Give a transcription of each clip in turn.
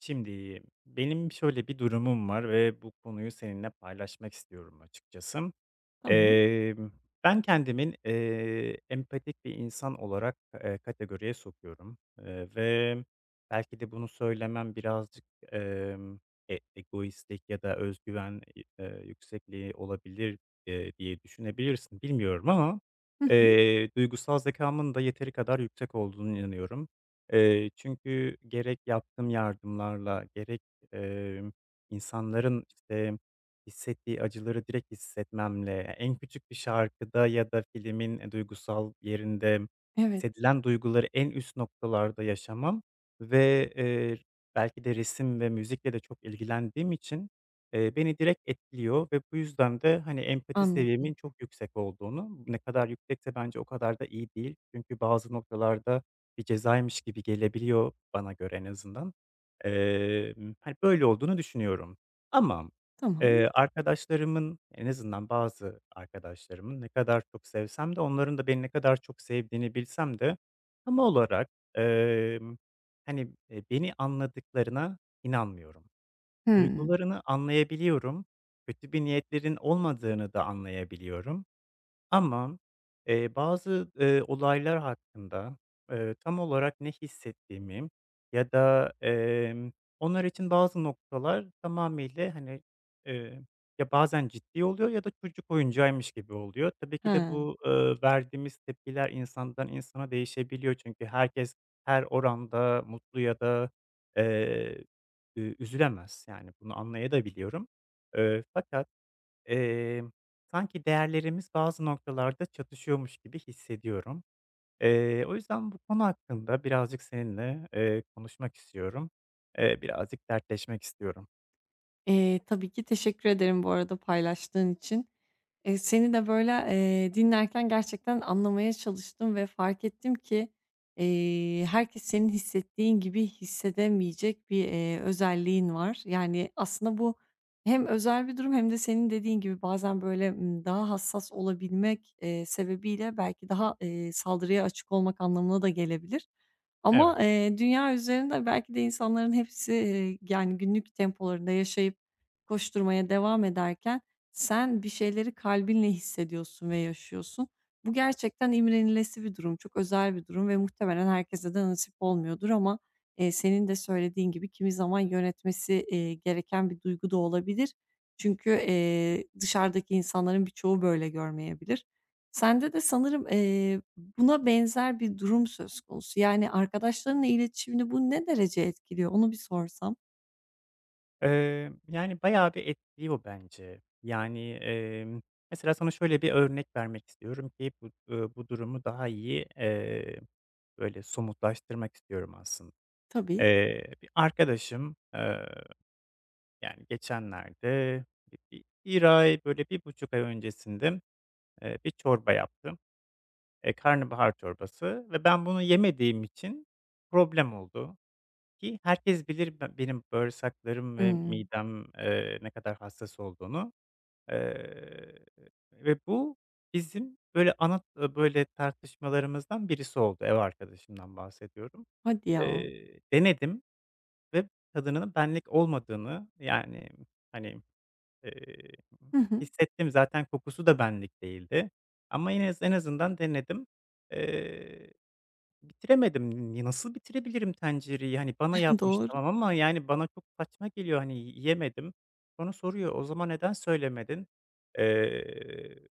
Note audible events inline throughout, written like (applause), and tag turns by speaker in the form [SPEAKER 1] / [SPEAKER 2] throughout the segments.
[SPEAKER 1] Şimdi benim şöyle bir durumum var ve bu konuyu seninle paylaşmak istiyorum açıkçası.
[SPEAKER 2] Tamam.
[SPEAKER 1] Emm, ben kendimin, empatik bir insan olarak, kategoriye sokuyorum, ve belki de bunu söylemem birazcık, emm, egoistlik ya da özgüven yüksekliği olabilir, diye düşünebilirsin, bilmiyorum ama,
[SPEAKER 2] Hı hı.
[SPEAKER 1] duygusal zekamın da yeteri kadar yüksek olduğunu inanıyorum. Çünkü gerek yaptığım yardımlarla gerek, emm, insanların, işte hissettiği acıları direkt hissetmemle, en küçük bir şarkıda ya da filmin, duygusal yerinde
[SPEAKER 2] Evet,
[SPEAKER 1] hissedilen duyguları en üst noktalarda yaşamam ve, belki de resim ve müzikle de çok ilgilendiğim için, beni direkt etkiliyor ve bu yüzden de, hani, empati seviyemin
[SPEAKER 2] anladım.
[SPEAKER 1] çok yüksek olduğunu, ne kadar yüksekse bence o kadar da iyi değil. Çünkü bazı noktalarda bir cezaymış gibi gelebiliyor bana göre en azından. Hani, böyle olduğunu düşünüyorum. Ama
[SPEAKER 2] Tamam.
[SPEAKER 1] arkadaşlarımın, en azından bazı arkadaşlarımın ne kadar çok sevsem de onların da beni ne kadar çok sevdiğini bilsem de tam olarak, emm, hani, beni anladıklarına inanmıyorum.
[SPEAKER 2] Hımm.
[SPEAKER 1] Duygularını anlayabiliyorum, kötü bir niyetlerin olmadığını da anlayabiliyorum ama, bazı, olaylar hakkında, tam olarak ne hissettiğimi ya da, onlar için bazı noktalar tamamıyla, hani, eee, ya bazen ciddi oluyor ya da çocuk oyuncağıymış gibi oluyor. Tabii ki de
[SPEAKER 2] Ha.
[SPEAKER 1] bu, verdiğimiz tepkiler insandan insana değişebiliyor. Çünkü herkes her oranda mutlu ya da, eee, üzülemez. Yani bunu anlayabiliyorum. Fakat Emm, sanki değerlerimiz bazı noktalarda çatışıyormuş gibi hissediyorum. O yüzden bu konu hakkında birazcık seninle, konuşmak istiyorum. Birazcık dertleşmek istiyorum.
[SPEAKER 2] Tabii ki teşekkür ederim bu arada paylaştığın için. Seni de, böyle, dinlerken gerçekten anlamaya çalıştım ve fark ettim ki, herkes senin hissettiğin gibi hissedemeyecek bir, özelliğin var. Yani, aslında bu hem özel bir durum hem de senin dediğin gibi bazen, böyle, daha hassas olabilmek, sebebiyle belki daha, saldırıya açık olmak anlamına da gelebilir. Ama,
[SPEAKER 1] Evet.
[SPEAKER 2] dünya üzerinde belki de insanların hepsi, yani, günlük tempolarında yaşayıp koşturmaya devam ederken sen bir şeyleri kalbinle hissediyorsun ve yaşıyorsun. Bu gerçekten imrenilesi bir durum, çok özel bir durum ve muhtemelen herkese de nasip olmuyordur ama, senin de söylediğin gibi kimi zaman yönetmesi, gereken bir duygu da olabilir. Çünkü, dışarıdaki insanların birçoğu böyle görmeyebilir. Sende de sanırım, buna benzer bir durum söz konusu. Yani, arkadaşlarınla iletişimini bu ne derece etkiliyor? Onu bir sorsam.
[SPEAKER 1] Yani, bayağı bir etkiliyor bence. Yani, mesela sana şöyle bir örnek vermek istiyorum ki bu, bu durumu daha iyi, böyle, somutlaştırmak istiyorum aslında.
[SPEAKER 2] Tabii.
[SPEAKER 1] Bir arkadaşım, yani, geçenlerde bir bi 1 ay, böyle, 1,5 ay öncesinde, bir çorba yaptım, karnabahar çorbası ve ben bunu yemediğim için problem oldu. Ki herkes bilir benim bağırsaklarım ve
[SPEAKER 2] Hımm.
[SPEAKER 1] midem, ne kadar hassas olduğunu. Eee, ve bu bizim böyle ana, böyle tartışmalarımızdan birisi oldu. Ev arkadaşımdan bahsediyorum.
[SPEAKER 2] Hadi ya.
[SPEAKER 1] Denedim ve tadının benlik olmadığını, yani, hani, eee,
[SPEAKER 2] Hı hı.
[SPEAKER 1] hissettim. Zaten kokusu da benlik değildi ama yine en azından denedim. Eee Bitiremedim. Nasıl bitirebilirim tencereyi? Hani, bana
[SPEAKER 2] (laughs)
[SPEAKER 1] yapmış
[SPEAKER 2] Doğru.
[SPEAKER 1] tamam ama, yani, bana çok saçma geliyor, hani, yiyemedim. Sonra soruyor, "O zaman neden söylemedin?" Eee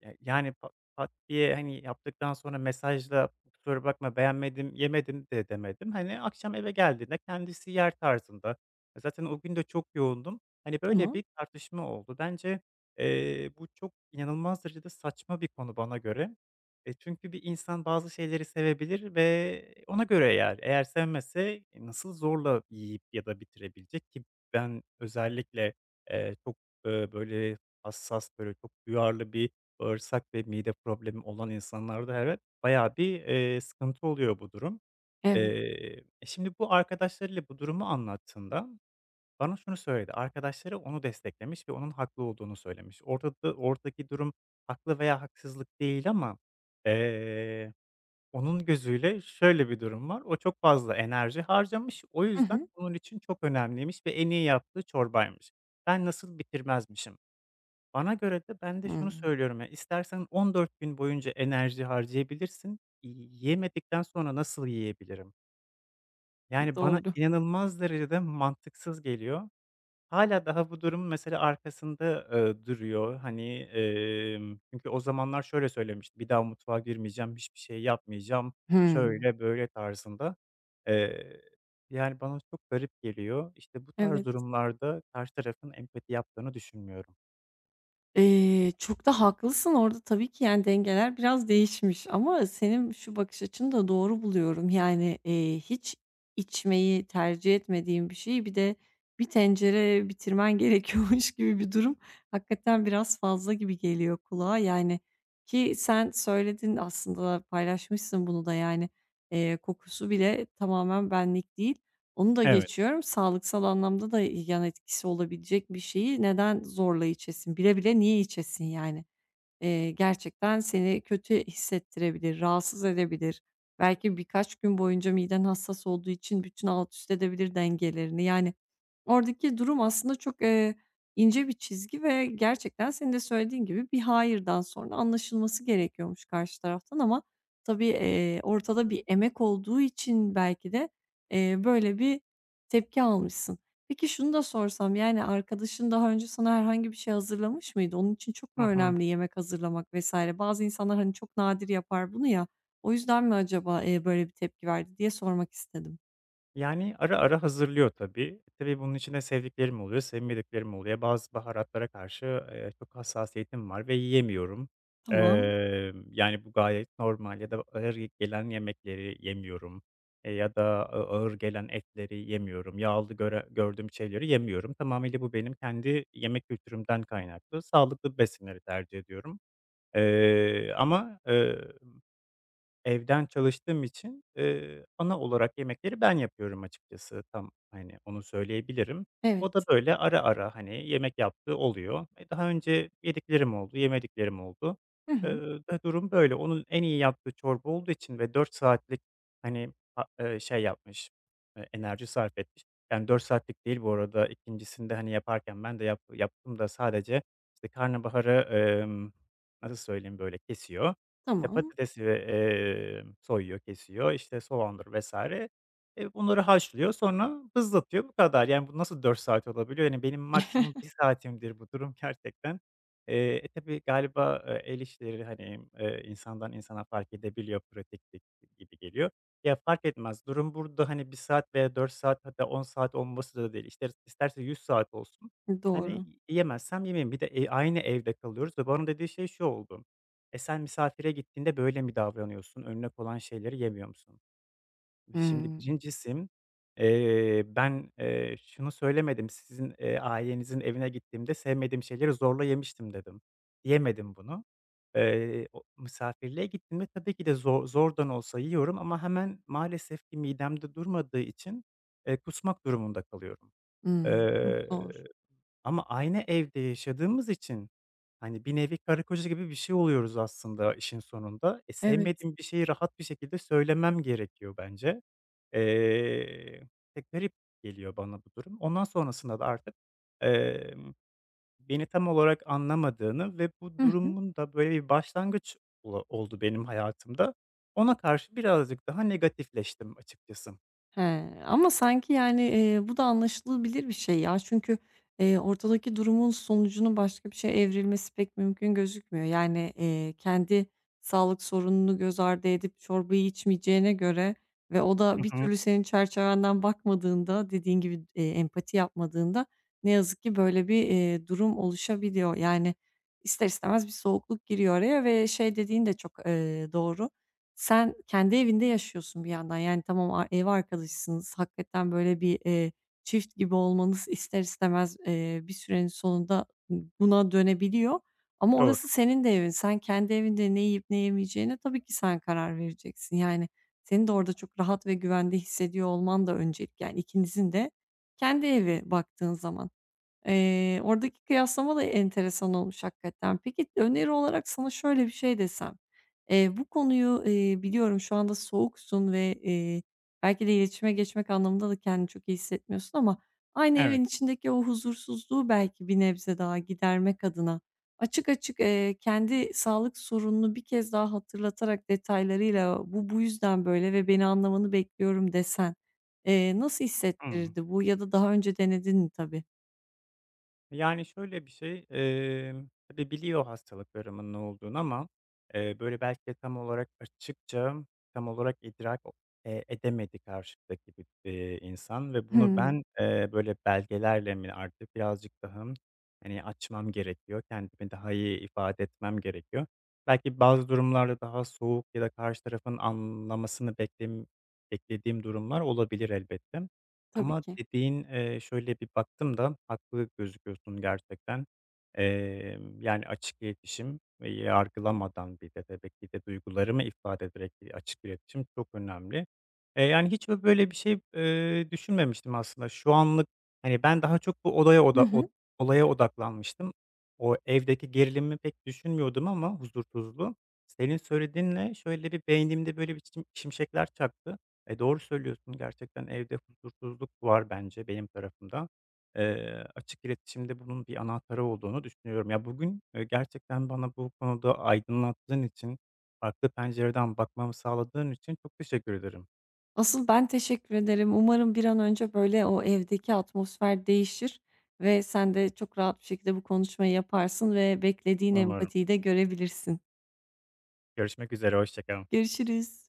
[SPEAKER 1] ya, yani, pat diye, hani, yaptıktan sonra mesajla "Kusura bakma, beğenmedim, yemedim." de demedim. Hani, akşam eve geldiğinde kendisi yer tarzında. Zaten o gün de çok yoğundum. Hani, böyle
[SPEAKER 2] Tamam.
[SPEAKER 1] bir tartışma oldu. Bence, bu çok inanılmaz derecede saçma bir konu bana göre. Çünkü bir insan bazı şeyleri sevebilir ve ona göre yer. Eğer sevmese, nasıl zorla yiyip ya da bitirebilecek ki ben özellikle, çok, böyle hassas, böyle çok duyarlı bir bağırsak ve mide problemi olan insanlarda evet, bayağı bir, sıkıntı oluyor bu durum.
[SPEAKER 2] Evet.
[SPEAKER 1] Şimdi bu arkadaşlarıyla bu durumu anlattığında bana şunu söyledi, arkadaşları onu desteklemiş ve onun haklı olduğunu söylemiş. Ortada oradaki durum haklı veya haksızlık değil ama, eee, onun gözüyle şöyle bir durum var, o çok fazla enerji harcamış, o
[SPEAKER 2] Hı
[SPEAKER 1] yüzden
[SPEAKER 2] hı.
[SPEAKER 1] onun için çok önemliymiş ve en iyi yaptığı çorbaymış. Ben nasıl bitirmezmişim. Bana göre de ben de şunu
[SPEAKER 2] Hımm.
[SPEAKER 1] söylüyorum ya, istersen 14 gün boyunca enerji harcayabilirsin, yemedikten sonra nasıl yiyebilirim? Yani, bana
[SPEAKER 2] Doğru.
[SPEAKER 1] inanılmaz derecede mantıksız geliyor. Hala daha bu durum mesela arkasında, duruyor. Hani, çünkü o zamanlar şöyle söylemişti, "Bir daha mutfağa girmeyeceğim, hiçbir şey yapmayacağım."
[SPEAKER 2] Hımm.
[SPEAKER 1] şöyle böyle tarzında. Eee, yani, bana çok garip geliyor. İşte, bu tarz
[SPEAKER 2] Evet.
[SPEAKER 1] durumlarda karşı tarafın empati yaptığını düşünmüyorum.
[SPEAKER 2] Çok da haklısın. Orada tabii ki, yani, dengeler biraz değişmiş ama senin şu bakış açını da doğru buluyorum. Yani, hiç içmeyi tercih etmediğim bir şeyi bir de bir tencere bitirmen (laughs) gerekiyormuş gibi bir durum hakikaten biraz fazla gibi geliyor kulağa. Yani, ki sen söyledin aslında, paylaşmışsın bunu da, yani, kokusu bile tamamen benlik değil. Onu da
[SPEAKER 1] Evet.
[SPEAKER 2] geçiyorum. Sağlıksal anlamda da yan etkisi olabilecek bir şeyi neden zorla içesin? Bile bile niye içesin yani? Gerçekten seni kötü hissettirebilir, rahatsız edebilir. Belki birkaç gün boyunca miden hassas olduğu için bütün alt üst edebilir dengelerini. Yani, oradaki durum aslında çok, ince bir çizgi ve gerçekten senin de söylediğin gibi bir hayırdan sonra anlaşılması gerekiyormuş karşı taraftan ama tabii, ortada bir emek olduğu için belki de, böyle bir tepki almışsın. Peki şunu da sorsam, yani, arkadaşın daha önce sana herhangi bir şey hazırlamış mıydı? Onun için çok
[SPEAKER 1] Hı
[SPEAKER 2] mu
[SPEAKER 1] hı.
[SPEAKER 2] önemli yemek hazırlamak vesaire? Bazı insanlar, hani, çok nadir yapar bunu ya, o yüzden mi acaba, böyle bir tepki verdi diye sormak istedim.
[SPEAKER 1] Yani, ara ara hazırlıyor tabii. Tabii bunun içinde sevdiklerim oluyor, sevmediklerim oluyor. Bazı baharatlara karşı, çok hassasiyetim var ve yiyemiyorum.
[SPEAKER 2] Tamam,
[SPEAKER 1] Yani, bu gayet normal ya da ağır gelen yemekleri yemiyorum, ya da ağır gelen etleri yemiyorum, yağlı göre gördüğüm şeyleri yemiyorum. Tamamıyla bu benim kendi yemek kültürümden kaynaklı. Sağlıklı besinleri tercih ediyorum. Ama, evden çalıştığım için, ana olarak yemekleri ben yapıyorum açıkçası. Tam, hani, onu söyleyebilirim. O da
[SPEAKER 2] evet.
[SPEAKER 1] böyle ara ara, hani, yemek yaptığı oluyor. Daha önce yediklerim oldu, yemediklerim oldu.
[SPEAKER 2] Hı
[SPEAKER 1] Eee,
[SPEAKER 2] hı.
[SPEAKER 1] d durum böyle. Onun en iyi yaptığı çorba olduğu için ve 4 saatlik, hani, a şey yapmış, enerji sarf etmiş. Yani 4 saatlik değil bu arada. 2'ncisini hani, yaparken ben de yaptım da sadece, işte, karnabaharı, emm, nasıl söyleyeyim, böyle, kesiyor. İşte
[SPEAKER 2] Tamam.
[SPEAKER 1] patatesi, ve, soyuyor, kesiyor, işte soğandır vs. Bunları haşlıyor, sonra hızlatıyor, bu kadar. Yani, bu nasıl 4 saat olabiliyor? Yani, benim maksimum bir
[SPEAKER 2] (laughs)
[SPEAKER 1] saatimdir bu durum gerçekten. Tabii galiba, el işleri, hani, insandan insana fark edebiliyor pratiklik gibi geliyor. Ya, fark etmez. Durum burada, hani, 1 saat veya 4 saat hatta 10 saat olması da değil. İster isterse 100 saat olsun.
[SPEAKER 2] Doğru.
[SPEAKER 1] Hani, yemezsem yemeyeyim. Bir de, aynı evde kalıyoruz ve bana dediği şey şu oldu. Sen misafire gittiğinde böyle mi davranıyorsun? Önüne konan şeyleri yemiyor musun? Şimdi
[SPEAKER 2] Hımm.
[SPEAKER 1] 1.'si, ben, şunu söylemedim, sizin, ailenizin evine gittiğimde sevmediğim şeyleri zorla yemiştim dedim. Yemedim bunu. O misafirliğe gittiğimde tabii ki de zor zordan olsa yiyorum ama hemen maalesef ki midemde durmadığı için, kusmak durumunda kalıyorum.
[SPEAKER 2] Hımm. Çok zor.
[SPEAKER 1] Eee ama aynı evde yaşadığımız için, hani, bir nevi karı koca gibi bir şey oluyoruz aslında işin sonunda. E,
[SPEAKER 2] Evet.
[SPEAKER 1] sevmediğim bir şeyi rahat bir şekilde söylemem gerekiyor bence. Eee, garip geliyor bana bu durum. Ondan sonrasında da artık, emm, beni tam olarak anlamadığını ve bu
[SPEAKER 2] Hı.
[SPEAKER 1] durumun da böyle bir başlangıç oldu benim hayatımda. Ona karşı birazcık daha negatifleştim açıkçası.
[SPEAKER 2] He, ama sanki, yani, bu da anlaşılabilir bir şey ya. Çünkü, ortadaki durumun sonucunun başka bir şeye evrilmesi pek mümkün gözükmüyor. Yani, kendi sağlık sorununu göz ardı edip çorbayı içmeyeceğine göre ve o da
[SPEAKER 1] Hı
[SPEAKER 2] bir
[SPEAKER 1] hı.
[SPEAKER 2] türlü senin çerçevenden bakmadığında, dediğin gibi, empati yapmadığında ne yazık ki böyle bir, durum oluşabiliyor. Yani, ister istemez bir soğukluk giriyor araya ve şey dediğin de çok, doğru. Sen kendi evinde yaşıyorsun bir yandan. Yani tamam a ev arkadaşısınız. Hakikaten böyle bir, çift gibi olmanız (laughs) ister istemez, bir sürenin sonunda buna dönebiliyor. Ama
[SPEAKER 1] Doğru.
[SPEAKER 2] orası senin de evin. Sen kendi evinde ne yiyip ne yemeyeceğine tabii ki sen karar vereceksin. Yani seni de orada çok rahat ve güvende hissediyor olman da öncelik. Yani ikinizin de kendi evi baktığın zaman. Oradaki kıyaslama da enteresan olmuş hakikaten. Peki, öneri olarak sana şöyle bir şey desem, bu konuyu, biliyorum şu anda soğuksun ve, belki de iletişime geçmek anlamında da kendini çok iyi hissetmiyorsun ama aynı
[SPEAKER 1] Evet.
[SPEAKER 2] evin içindeki o huzursuzluğu belki bir nebze daha gidermek adına açık açık, kendi sağlık sorununu bir kez daha hatırlatarak detaylarıyla "Bu, bu yüzden böyle ve beni anlamanı bekliyorum." desen, nasıl
[SPEAKER 1] Hıı.
[SPEAKER 2] hissettirirdi bu ya da daha önce denedin mi tabii?
[SPEAKER 1] Yani, şöyle bir şey, tabii biliyor hastalıklarımın ne olduğunu ama, böyle, belki de tam olarak açıkça, tam olarak idrak edemedi karşıdaki bir, insan ve bunu
[SPEAKER 2] Hmm.
[SPEAKER 1] ben, böyle, belgelerle mi artık birazcık daha, hani, açmam gerekiyor, kendimi daha iyi ifade etmem gerekiyor. Belki bazı durumlarda daha soğuk ya da karşı tarafın anlamasını beklediğim durumlar olabilir elbette
[SPEAKER 2] Tabii
[SPEAKER 1] ama
[SPEAKER 2] ki.
[SPEAKER 1] dediğin, şöyle bir baktım da haklı gözüküyorsun gerçekten. Yani, açık iletişim ve yargılamadan bir de tabii ki de duygularımı ifade ederek bir açık iletişim çok önemli. Yani, hiç böyle bir şey, düşünmemiştim aslında. Şu anlık, hani, ben daha çok bu
[SPEAKER 2] Hı hı.
[SPEAKER 1] olaya odaklanmıştım. O evdeki gerilimi pek düşünmüyordum ama huzursuzluğu. Senin söylediğinle şöyle bir beynimde böyle bir şimşekler çaktı. Doğru söylüyorsun, gerçekten evde huzursuzluk var bence benim tarafımda. Açık iletişimde bunun bir anahtarı olduğunu düşünüyorum. Ya, bugün, gerçekten bana bu konuda aydınlattığın için, farklı pencereden bakmamı sağladığın için çok teşekkür ederim.
[SPEAKER 2] Asıl ben teşekkür ederim. Umarım bir an önce, böyle, o evdeki atmosfer değişir ve sen de çok rahat bir şekilde bu konuşmayı yaparsın ve beklediğin
[SPEAKER 1] Umarım.
[SPEAKER 2] empatiyi de görebilirsin.
[SPEAKER 1] Görüşmek üzere, hoşça kal.
[SPEAKER 2] Görüşürüz.